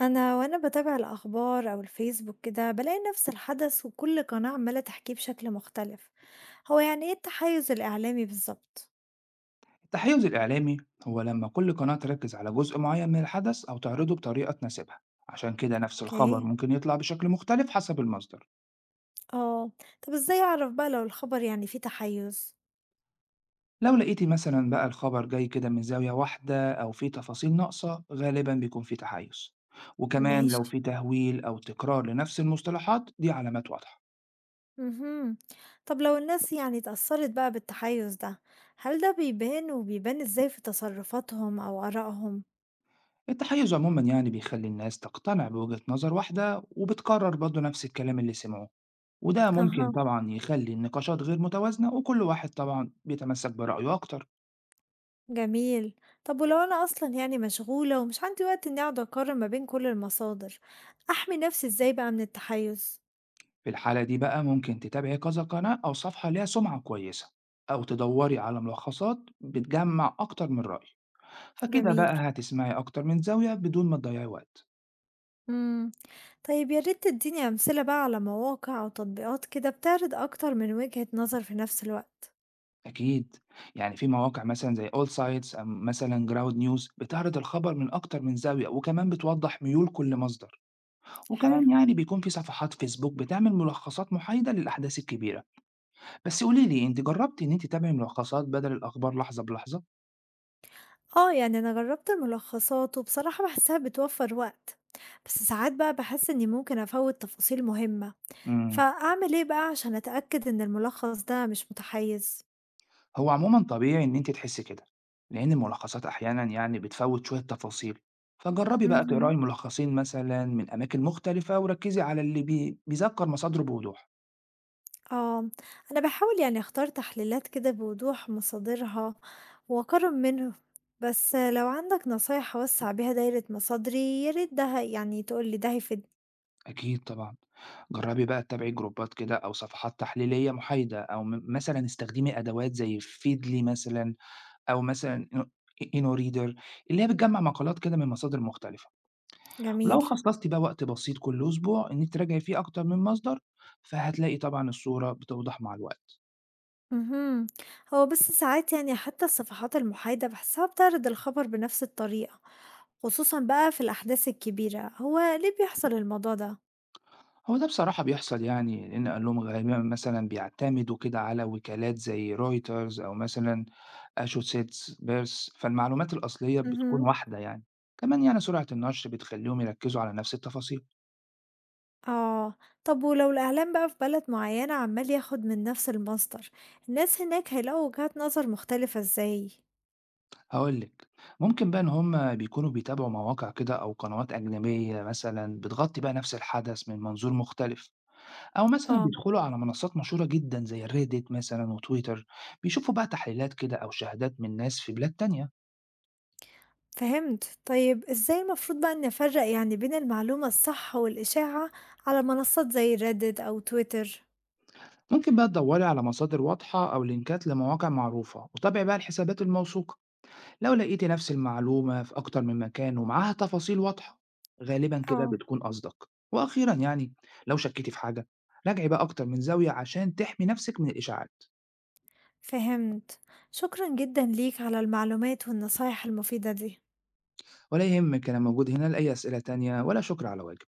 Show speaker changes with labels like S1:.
S1: أنا باتابع الأخبار أو الفيسبوك كده بلاقي نفس الحدث وكل قناة عمالة تحكيه بشكل مختلف. هو يعني إيه التحيز الإعلامي بالظبط؟
S2: التحيز الإعلامي هو لما كل قناة تركز على جزء معين من الحدث أو تعرضه بطريقة تناسبها. عشان كده نفس الخبر
S1: أوكي.
S2: ممكن يطلع بشكل مختلف حسب المصدر.
S1: آه. طب إزاي أعرف بقى لو الخبر يعني فيه تحيز؟
S2: لو لقيتي مثلا بقى الخبر جاي كده من زاوية واحدة أو فيه تفاصيل ناقصة، غالبا بيكون فيه تحيز. وكمان لو
S1: ماشي.
S2: فيه تهويل أو تكرار لنفس المصطلحات، دي علامات واضحة.
S1: مهم. طب لو الناس يعني اتأثرت بقى بالتحيز ده، هل ده بيبان وبيبان إزاي في تصرفاتهم أو آرائهم؟
S2: التحيز عموما يعني بيخلي الناس تقتنع بوجهة نظر واحدة وبتكرر برضه نفس الكلام اللي سمعوه. وده ممكن
S1: أها.
S2: طبعا يخلي النقاشات غير متوازنة، وكل واحد طبعا بيتمسك برأيه أكتر.
S1: جميل. طب ولو أنا أصلا يعني مشغولة ومش عندي وقت إني أقعد أقارن ما بين كل المصادر، أحمي نفسي إزاي بقى من التحيز؟
S2: في الحالة دي بقى ممكن تتابعي كذا قناة أو صفحة ليها سمعة كويسة، أو تدوري على ملخصات بتجمع أكتر من رأي، فكده
S1: جميل.
S2: بقى هتسمعي أكتر من زاوية بدون ما تضيعي وقت.
S1: مم. طيب يا ريت تديني أمثلة بقى على مواقع أو تطبيقات كده بتعرض أكتر من وجهة نظر في نفس الوقت.
S2: أكيد، يعني في مواقع مثلا زي أول سايتس أو مثلا جراود نيوز بتعرض الخبر من أكتر من زاوية، وكمان بتوضح ميول كل مصدر.
S1: حلو.
S2: وكمان يعني بيكون في صفحات فيسبوك بتعمل ملخصات محايدة للأحداث الكبيرة. بس قولي لي، أنتِ جرّبتِ إن أنتِ تتابعي ملخصات بدل الأخبار لحظة بلحظة؟
S1: اه يعني أنا جربت الملخصات وبصراحة بحسها بتوفر وقت، بس ساعات بقى بحس إني ممكن أفوت تفاصيل مهمة.
S2: إمم،
S1: فأعمل إيه بقى عشان أتأكد إن الملخص ده مش متحيز؟
S2: هو عمومًا طبيعي إن أنتِ تحسّي كده، لإن الملخصات أحيانًا يعني بتفوّت شوية تفاصيل، فجرّبي بقى
S1: مهم.
S2: تقراي ملخصين مثلًا من أماكن مختلفة وركّزي على اللي بيذكّر مصادره بوضوح.
S1: آه، أنا باحاول يعني أختار تحليلات كده بوضوح مصادرها وأقارن بينهم، بس لو عندك نصايح أوسّع بيها دايرة مصادري يا ريت ده يعني تقول لي ده هيفيدني.
S2: أكيد طبعًا، جرّبي بقى تتابعي جروبات كده أو صفحات تحليلية محايدة، أو مثلًا استخدمي أدوات زي Feedly، مثلًا أو مثلًا إنو InnoReader اللي هي بتجمّع مقالات كده من مصادر مختلفة. ولو
S1: جميل.
S2: خصصتِ بقى وقت بسيط كل أسبوع إنِّك تراجعي فيه أكتر من مصدر، فهتلاقي طبعًا الصورة بتوضح مع الوقت.
S1: اهم. هو بس ساعات يعني حتى الصفحات المحايدة باحسها بتعرض الخبر بنفس الطريقة، خصوصًا بقى في الأحداث الكبيرة، هو ليه بيحصل الموضوع ده؟
S2: هو ده بصراحة بيحصل، يعني لإن أهلهم غالبًا مثلًا بيعتمدوا كده على وكالات زي رويترز أو مثلًا أسوشيتس بيرس، فالمعلومات الأصلية بتكون
S1: اهم.
S2: واحدة يعني. كمان يعني سرعة النشر بتخلّيهم يركّزوا على نفس التفاصيل.
S1: آه. طب ولو الإعلام بقى في بلد معينة عمال ياخد من نفس المصدر، الناس هناك هيلاقوا وجهات نظر مختلفة إزاي؟
S2: هاقول لِك، ممكن بقى إن هم بيكونوا بيتابعوا مواقع كده أو قنوات أجنبية مثلًا بتغطي بقى نفس الحدث من منظور مختلف. أو مثلًا
S1: اه.
S2: بيدخلوا على منصات مشهورة جدًا زي الReddit مثلًا وTwitter، بيشوفوا بقى تحليلات كده أو شهادات من ناس في بلاد تانية.
S1: فهمت. طيب إزاي المفروض بقى نفرق يعني بين المعلومة الصح والإشاعة على منصات زي ريدت أو تويتر؟
S2: ممكن بقى تدوّري على مصادر واضحة أو لينكات لمواقع معروفة، وتابعي بقى الحسابات الموثوقة. لو لقيتِ نفس المعلومة في أكتر من مكان ومعاها تفاصيل واضحة، غالبًا كده
S1: اه.
S2: بتكون أصدق. وأخيرًا يعني لو شكيتِ في حاجة، راجعي بقى أكتر من زاوية عشان تحمي نفسِك من الإشاعات.
S1: فهمت. شكرا جدا ليك على المعلومات والنصايح المفيدة دي.
S2: ولا يهمك، أنا موجود هنا لأي أسئلة تانية، ولا شكر على واجب.